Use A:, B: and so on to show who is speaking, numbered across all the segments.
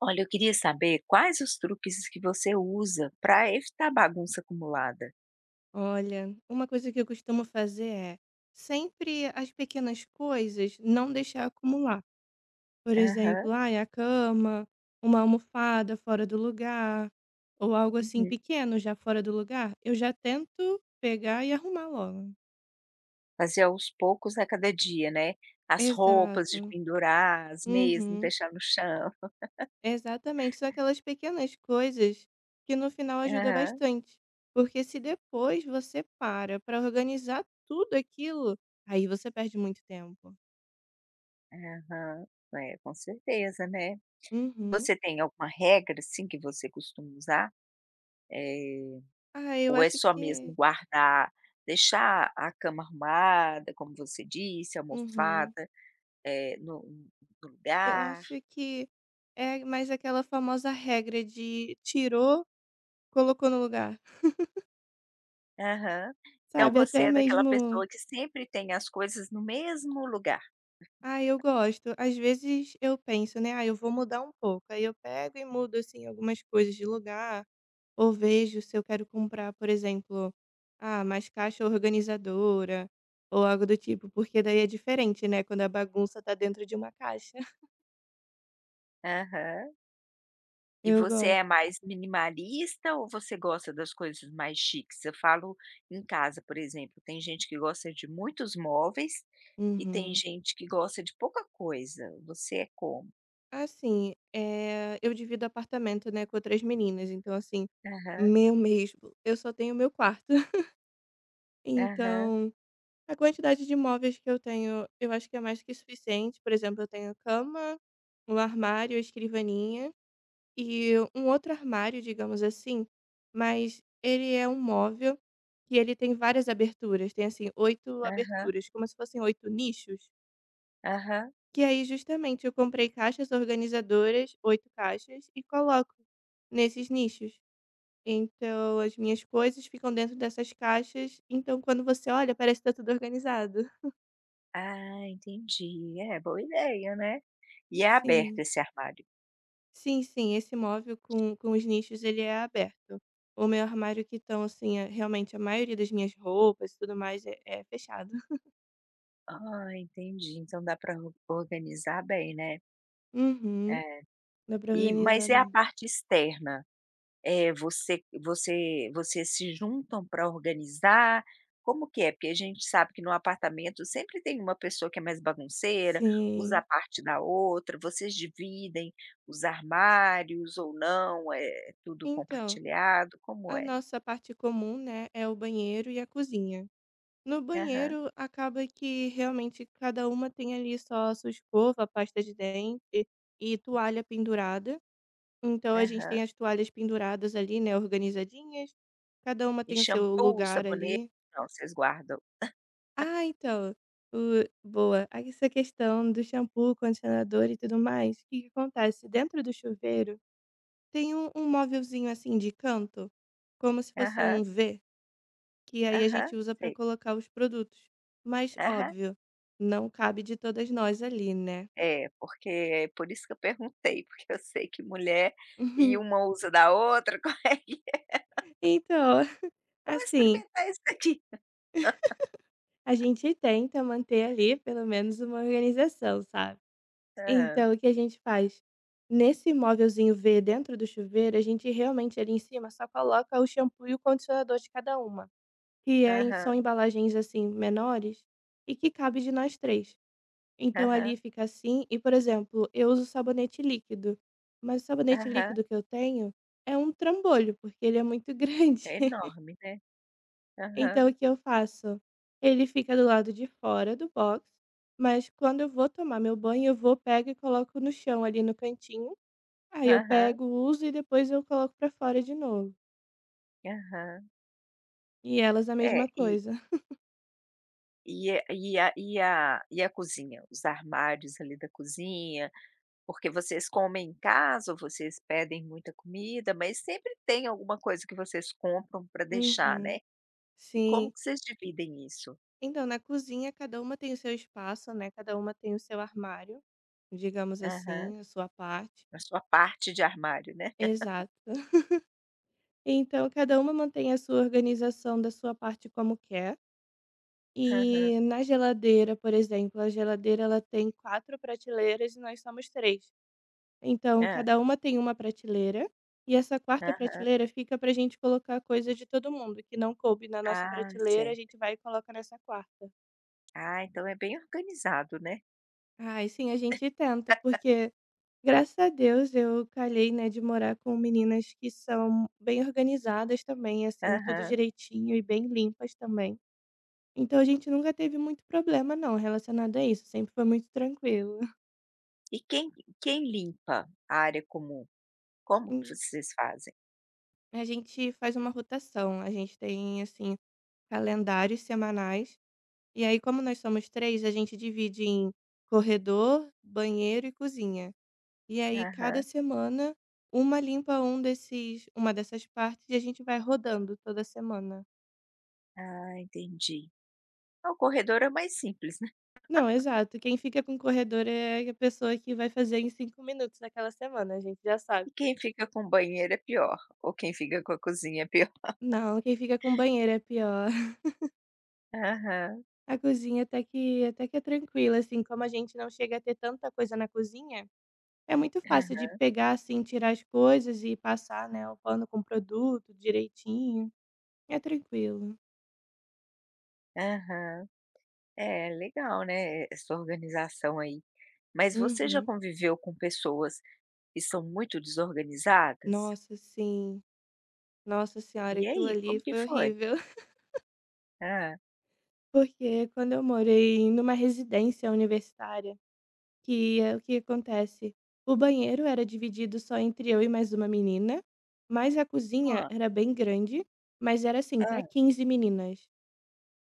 A: Olha, eu queria saber quais os truques que você usa para evitar bagunça acumulada.
B: Olha, uma coisa que eu costumo fazer é sempre as pequenas coisas não deixar acumular. Por
A: Aham,
B: exemplo, ai, a cama, uma almofada fora do lugar, ou algo assim
A: uhum.
B: pequeno já fora do lugar, eu já tento pegar e arrumar logo.
A: Fazer aos poucos a cada dia, né? As roupas de
B: Exato.
A: pendurar, as meias não
B: Uhum.
A: deixar no chão.
B: Exatamente. São aquelas pequenas coisas que no final ajuda
A: Aham,
B: bastante. Porque se depois você para organizar tudo aquilo, aí você perde muito tempo.
A: aham. É, com certeza, né?
B: Uhum.
A: Você tem alguma regra, assim, que você costuma usar? Eh,
B: Ah, eu
A: ou é
B: acho
A: só mesmo
B: que
A: guardar, deixar a cama arrumada, como você disse, a
B: uhum.
A: almofada, eh, no no
B: Eu
A: lugar?
B: acho que é mais aquela famosa regra de tirou, colocou no lugar,
A: Aham. Então
B: sabe?
A: você
B: Até
A: é daquela
B: mesmo
A: pessoa que sempre tem as coisas no mesmo lugar.
B: ah, eu gosto. Às vezes eu penso, né, ah, eu vou mudar um pouco. Aí eu pego e mudo, assim, algumas coisas de lugar, ou vejo se eu quero comprar, por exemplo, ah, mais caixa organizadora ou algo do tipo, porque daí é diferente, né, quando a bagunça tá dentro de uma caixa.
A: Aham. E
B: Eu
A: você é
B: gosto.
A: mais minimalista ou você gosta das coisas mais chiques? Eu falo em casa, por exemplo, tem gente que gosta de muitos móveis e tem
B: Uhum.
A: gente que gosta de pouca coisa. Você é como?
B: Assim, eh, eu divido apartamento, né, com outras meninas, então assim,
A: Aham,
B: meu mesmo, eu só tenho meu quarto.
A: aham,
B: Então, a quantidade de móveis que eu tenho, eu acho que é mais que suficiente. Por exemplo, eu tenho cama, um armário, escrivaninha e um outro armário, digamos assim, mas ele é um móvel que ele tem várias aberturas, tem assim, 8
A: aham,
B: aberturas, como se fossem 8 nichos.
A: aham.
B: Que aí justamente eu comprei caixas organizadoras, 8 caixas, e coloco nesses nichos. Então as minhas coisas ficam dentro dessas caixas, então quando você olha parece que está tudo organizado.
A: Ah, entendi. É, boa ideia, né? E é aberto
B: Sim.
A: esse armário.
B: Sim, sim, esse móvel com os nichos ele é aberto. O meu armário que estão assim, eh, realmente a maioria das minhas roupas e tudo mais é fechado.
A: Ah, entendi. Então dá para organizar bem, né?
B: Uhum.
A: É.
B: Dá pra
A: E
B: organizar
A: mas é a
B: bem.
A: parte externa, você vocês se juntam para organizar, como que é? Porque a gente sabe que no apartamento sempre tem uma pessoa que é mais bagunceira, usa a
B: Sim.
A: parte da outra, vocês dividem os armários ou não, é tudo
B: Então,
A: compartilhado, como
B: a
A: é?
B: nossa parte comum, né, é o banheiro e a cozinha. No
A: Aham,
B: banheiro, acaba que realmente cada uma tem ali só a sua escova, a pasta de dente e toalha pendurada. Então a gente
A: aham.
B: tem as toalhas penduradas ali, né, organizadinhas. Cada uma
A: E
B: tem o seu
A: shampoo,
B: lugar
A: sabonete,
B: ali.
A: não, vocês guardam.
B: Ah, então, boa. Aí essa questão do shampoo, condicionador e tudo mais, o que que acontece? Dentro do chuveiro tem um móvelzinho assim de canto, como se fosse um
A: Aham,
B: V, que aí a
A: aham,
B: gente usa para
A: sei.
B: colocar os produtos. Mas,
A: Aham.
B: óbvio, não cabe de todas nós ali, né?
A: É, porque é por isso que eu perguntei, porque eu sei que mulher e uma usa da outra, como é que é?
B: Então,
A: "Eu vou
B: assim,
A: experimentar isso aqui.
B: a gente tenta manter ali pelo menos uma organização, sabe?
A: Ah,
B: Então, o que a gente faz? Nesse móvelzinho V dentro do chuveiro, a gente realmente ali em cima só coloca o shampoo e o condicionador de cada uma, que é, são
A: aham,
B: embalagens assim menores e que cabe de nós três. Então
A: aham,
B: ali fica assim e, por exemplo, eu uso sabonete líquido, mas o sabonete
A: aham.
B: líquido que eu tenho é um trambolho, porque ele é muito grande.
A: É enorme, né. Aham,
B: Então o que eu faço? Ele fica do lado de fora do box, mas quando eu vou tomar meu banho, eu vou, pego e coloco no chão ali no cantinho. Aí eu
A: aham,
B: pego, uso e depois eu coloco pra fora de novo.
A: aham.
B: E elas a
A: É,
B: mesma coisa.
A: e a e a e a e a cozinha? Os armários ali da cozinha, porque vocês comem em casa ou vocês pedem muita comida, mas sempre tem alguma coisa que vocês compram para deixar, né.
B: Uhum.
A: E como
B: Sim.
A: que vocês dividem isso?
B: Então, na cozinha, cada uma tem o seu espaço, né? Cada uma tem o seu armário, digamos
A: Aham.
B: assim, a sua parte.
A: Na sua parte de armário, né.
B: Exato. Então, cada uma mantém a sua organização da sua parte como quer.
A: Aham.
B: E na geladeira, por exemplo, a geladeira ela tem quatro prateleiras e nós somos três. Então,
A: Hã.
B: cada uma tem uma prateleira. E essa quarta
A: Aham.
B: prateleira fica pra gente colocar coisa de todo mundo que não coube na nossa
A: Ah,
B: prateleira, a
A: sei.
B: gente vai e coloca nessa quarta.
A: Ah, então é bem organizado, né.
B: Ai, sim, a gente tenta, porque graças a Deus eu calhei, né, de morar com meninas que são bem organizadas também, assim, tudo
A: Aham.
B: direitinho e bem limpas também. Então a gente nunca teve muito problema não relacionado a isso, sempre foi muito tranquilo.
A: E quem limpa a área comum? Como que
B: Hum.
A: vocês fazem?
B: A gente faz uma rotação, a gente tem, assim, calendários semanais, e aí como nós somos 3 a gente divide em corredor, banheiro e cozinha. E aí cada
A: Aham.
B: semana, uma limpa um desses uma dessas partes e a gente vai rodando toda semana.
A: Ah, entendi. Ah, o corredor é mais simples, né.
B: Não, exato. Quem fica com o corredor é a pessoa que vai fazer em 5 minutos naquela semana, a gente já sabe.
A: E quem fica com o banheiro é pior, ou quem fica com a cozinha é pior.
B: Não, quem fica com banheiro é pior.
A: Aham.
B: A cozinha até que é tranquila, assim, como a gente não chega a ter tanta coisa na cozinha, é muito fácil de
A: Aham.
B: pegar, assim, tirar as coisas e passar, né, o pano com o produto direitinho. É tranquilo.
A: Aham. É, legal, né, essa organização aí. Mas você já
B: Uhum.
A: conviveu com pessoas que são muito desorganizadas?
B: Nossa, sim. Nossa
A: E
B: senhora, aquilo
A: aí,
B: ali
A: como que
B: foi
A: foi?
B: horrível.
A: Ah,
B: Porque quando eu morei numa residência universitária, que é o que acontece, o banheiro era dividido só entre eu e mais uma menina, mas a cozinha
A: hã,
B: era bem grande, mas era assim para
A: ah,
B: 15 meninas.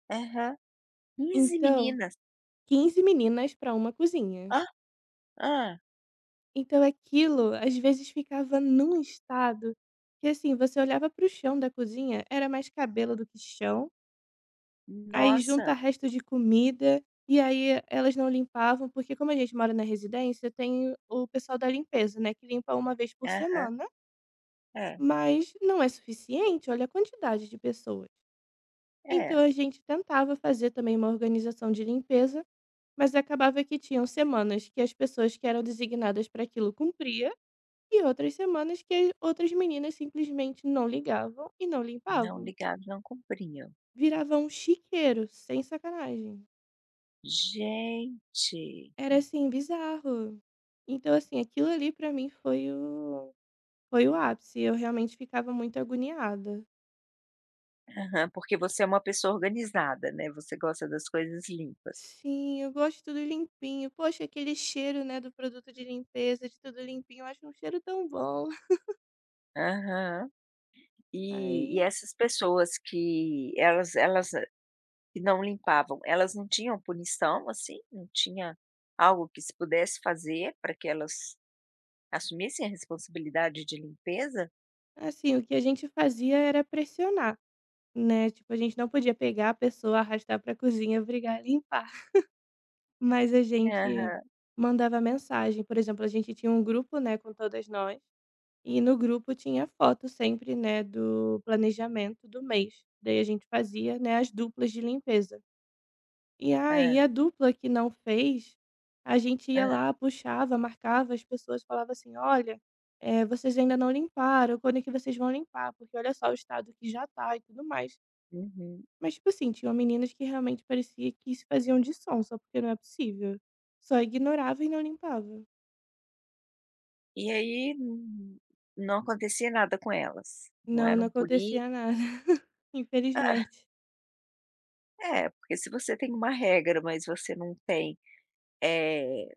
A: aham. 15
B: Então,
A: meninas.
B: 15 meninas para uma cozinha.
A: Ah, ah,
B: Então aquilo às vezes ficava num estado que assim, você olhava para o chão da cozinha, era mais cabelo do que chão, aí junta
A: nossa.
B: resto de comida, e aí elas não limpavam, porque como a gente mora na residência, tem o pessoal da limpeza, né, que limpa uma vez por
A: Aham.
B: semana.
A: É,
B: Mas não é suficiente, olha a quantidade de pessoas. Então
A: é.
B: a gente tentava fazer também uma organização de limpeza, mas acabava que tinham semanas que as pessoas que eram designadas para aquilo cumpria e outras semanas que outras meninas simplesmente não ligavam e não
A: Não
B: limpavam.
A: ligavam, não cumpriam.
B: Virava um chiqueiro, sem sacanagem.
A: Gente.
B: Era assim bizarro. Então assim, aquilo ali para mim foi o ápice, eu realmente ficava muito agoniada.
A: Aham, porque você é uma pessoa organizada, né, você gosta das coisas limpas.
B: Sim, eu gosto de tudo limpinho. Poxa, aquele cheiro, né, do produto de limpeza, de tudo limpinho, eu acho um cheiro tão bom.
A: Aham. E
B: Aí,
A: essas pessoas que elas que não limpavam, elas não tinham punição, assim? Não tinha algo que se pudesse fazer para que elas assumissem a responsabilidade de limpeza?
B: assim, o que a gente fazia era pressionar, né? Tipo, a gente não podia pegar a pessoa, arrastar pra cozinha, obrigar a limpar. Mas a gente
A: Aham,
B: mandava mensagem. Por exemplo, a gente tinha um grupo, né, com todas nós. E no grupo tinha foto sempre, né, do planejamento do mês. Daí a gente fazia, né, as duplas de limpeza. E aí
A: hã,
B: a dupla que não fez, a gente ia
A: hã,
B: lá, puxava, marcava as pessoas, falava assim: "Olha, eh, vocês ainda não limparam, quando é que vocês vão limpar? Porque olha só o estado que já tá e tudo mais".
A: uhum.
B: Mas, tipo assim, tinham meninas que realmente parecia que se faziam de sonsa, porque não é possível. Só ignorava e não limpava.
A: E aí não acontecia nada com elas, não
B: Não, não
A: eram punidas.
B: acontecia nada, infelizmente.
A: É, é, porque se você tem uma regra, mas você não tem, eh,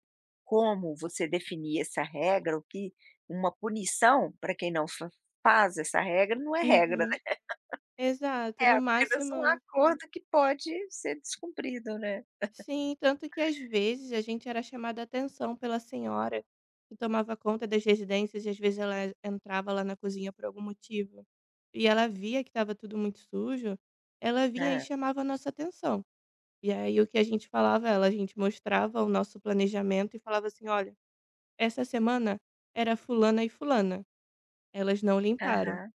A: como você definir essa regra, o que uma punição para quem não fa faz essa regra, não é regra,
B: Uhum.
A: né,
B: Exato,
A: é
B: no
A: apenas um
B: máximo
A: acordo que pode ser descumprido, né.
B: sim, tanto que às vezes a gente era chamada a atenção pela senhora que tomava conta das residências e às vezes ela entrava lá na cozinha por algum motivo e ela via que estava tudo muito sujo, ela vinha e
A: É,
B: chamava a nossa atenção. E aí o que a gente falava, ela a gente mostrava o nosso planejamento e falava assim: olha, essa semana era fulana e fulana, elas não limparam.
A: aham.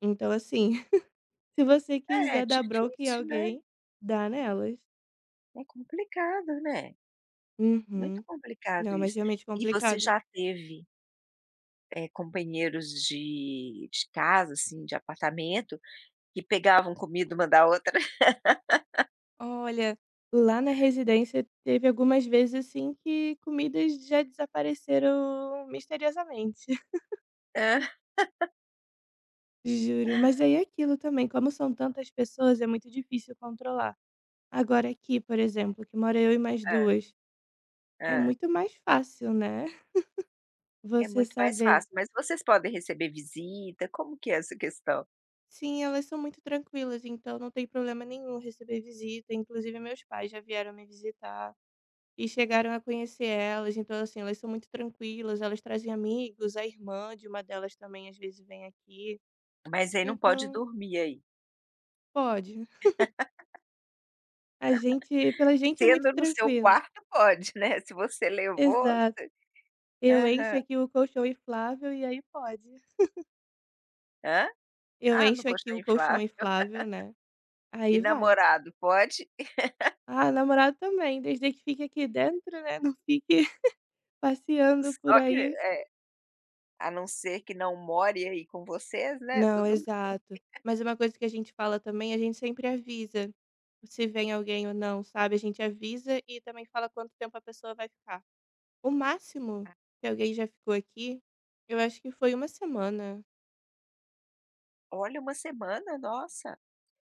B: Então, assim, se você
A: É, é
B: quiser dar bronca em
A: difícil, né,
B: alguém, dá nelas.
A: é complicado, né. Muito
B: Uhum. Não,
A: complicado
B: mas
A: isso.
B: realmente
A: E você
B: complicado.
A: já teve, companheiros de casa, assim, de apartamento, que pegavam comida uma da outra?
B: Olha, lá na residência teve algumas vezes, assim, que comidas já desapareceram misteriosamente,
A: Hã,
B: juro. Mas aí é aquilo também, como são tantas pessoas, é muito difícil controlar. Agora aqui, por exemplo, que mora eu e mais
A: hã,
B: duas, é
A: hã.
B: muito mais fácil, né?
A: É
B: Você
A: muito mais
B: saber.
A: fácil, mas vocês podem receber visita, como que é essa questão?
B: Sim, elas são muito tranquilas, então não tem problema nenhum receber visita. Inclusive, meus pais já vieram me visitar. E chegaram a conhecer elas, então assim, elas são muito tranquilas, elas trazem amigos, a irmã de uma delas também às vezes vem aqui,
A: Mas aí não pode
B: então
A: dormir aí.
B: pode. A gente pela gente é muito
A: Sendo no seu
B: tranquilo.
A: quarto pode, né, se você levou
B: Exato.
A: você
B: Eu encho
A: aham.
B: aqui o colchão inflável e aí pode.
A: Hã?
B: Eu
A: Ah, no
B: encho aqui
A: colchão
B: o colchão
A: inflável.
B: inflável, né,
A: E
B: aí vai.
A: namorado, pode?
B: Ah, namorado também, desde que fique aqui dentro, né, não fique passeando por
A: Só que
B: aí.
A: é, a não ser que não more aí com vocês, né,
B: Não,
A: tudo.
B: exato. Mas uma coisa que a gente fala também, a gente sempre avisa se vem alguém ou não, sabe? A gente avisa e também fala quanto tempo a pessoa vai ficar. O máximo que alguém já ficou aqui, eu acho que foi uma semana.
A: Olha, uma semana? Nossa,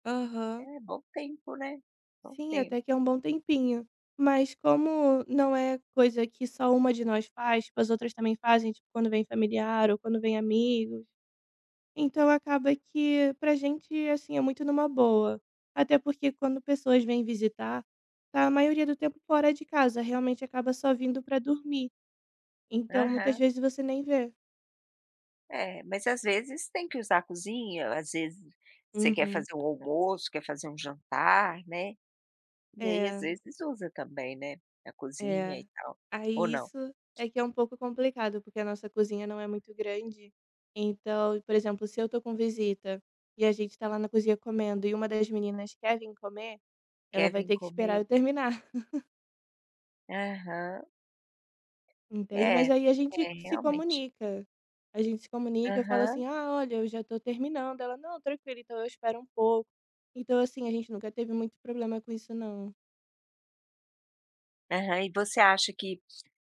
B: Aham.
A: é bom tempo, né, bom
B: Sim,
A: tempo.
B: até que é um bom tempinho. Mas como não é coisa que só uma de nós faz, tipo, as outras também fazem, tipo, quando vem familiar ou quando vem amigo, então acaba que pra gente, assim, é muito numa boa. Até porque quando pessoas vêm visitar, tá a maioria do tempo fora de casa, realmente acaba só vindo pra dormir. Então muitas
A: Aham.
B: vezes você nem vê.
A: É, mas às vezes tem que usar a cozinha, às vezes você quer
B: Uhum.
A: fazer um almoço, quer fazer um jantar, né, e aí às
B: É,
A: vezes usa também, né, a cozinha
B: é.
A: e tal, ou
B: Aí
A: não?
B: isso é que é um pouco complicado, porque a nossa cozinha não é muito grande. Então, por exemplo, se eu tô com visita e a gente tá lá na cozinha comendo e uma das meninas quer vir comer,
A: Quer
B: ela vai
A: vir
B: ter que
A: comer?
B: esperar eu terminar.
A: Aham.
B: Entende?
A: É,
B: Mas aí a gente
A: é
B: se
A: realmente.
B: comunica. A gente se comunica, eu falo
A: Aham.
B: assim: "Ah, olha, eu já tô terminando". Ela: "Não, tranquilo, então eu espero um pouco". Então, assim, a gente nunca teve muito problema com isso não.
A: Aham. E você acha que,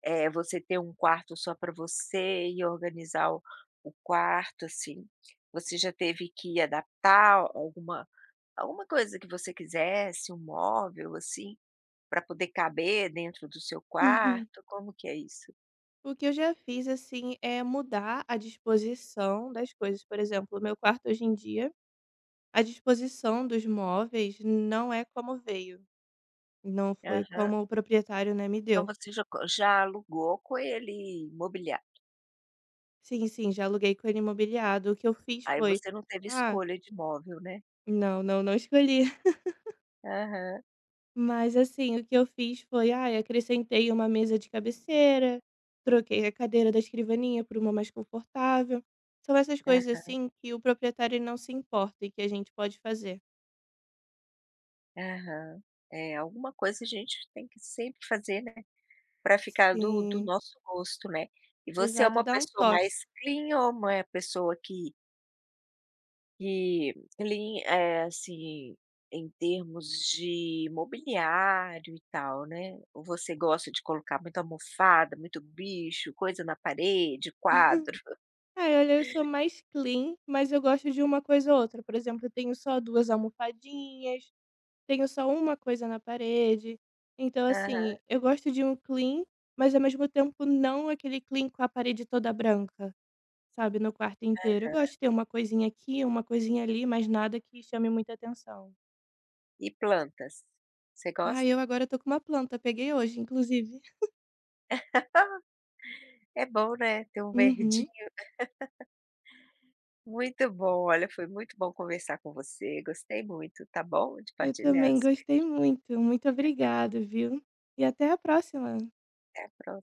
A: você ter um quarto só para você e organizar o quarto, assim, você já teve que adaptar alguma coisa que você quisesse, um móvel, assim, para poder caber dentro do seu quarto? Como que é isso?
B: O que eu já fiz, assim, é mudar a disposição das coisas. Por exemplo, o meu quarto hoje em dia, a disposição dos móveis não é como veio, não foi
A: Aham.
B: como o proprietário, né, me
A: Então
B: deu.
A: você já alugou com ele mobiliar.
B: Sim, sim, já aluguei com ele imobiliado. O que eu fiz
A: Aí
B: foi:
A: você não teve
B: "Ah,
A: escolha de móvel, né?
B: não, não, não escolhi".
A: Aham.
B: Mas assim, o que eu fiz foi, ai, acrescentei uma mesa de cabeceira, troquei a cadeira da escrivaninha por uma mais confortável. São essas
A: É.
B: coisas assim que o proprietário não se importa e que a gente pode fazer.
A: Aham. É, alguma coisa a gente tem que sempre fazer, né? Para ficar do
B: Sim,
A: nosso gosto, né. E você é
B: exato,
A: uma
B: dá um
A: pessoa
B: toque.
A: mais clean ou uma é pessoa que clean, assim, em termos de mobiliário e tal, né. Ou você gosta de colocar muita almofada, muito bicho, coisa na parede, quadro?
B: Ai, olha, eu sou mais clean, mas eu gosto de uma coisa ou outra. Por exemplo, eu tenho só duas almofadinhas, tenho só uma coisa na parede. Então, assim,
A: Aham.
B: eu gosto de um clean, mas ao mesmo tempo não aquele clean com a parede toda branca. Sabe, no quarto inteiro. Eu gosto de ter uma coisinha aqui, uma coisinha ali, mas nada que chame muita atenção.
A: E plantas? Você
B: Ah,
A: gosta?
B: eu agora tô com uma planta, peguei hoje, inclusive.
A: Ah, é bom, né, ter um
B: Uhum.
A: verdinho. Muito bom, olha, foi muito bom conversar com você, gostei muito, tá bom, de
B: Eu
A: partilhar
B: também
A: as
B: gostei
A: experiências.
B: muito. Muito obrigada, viu? E até a próxima.
A: Até a próxima.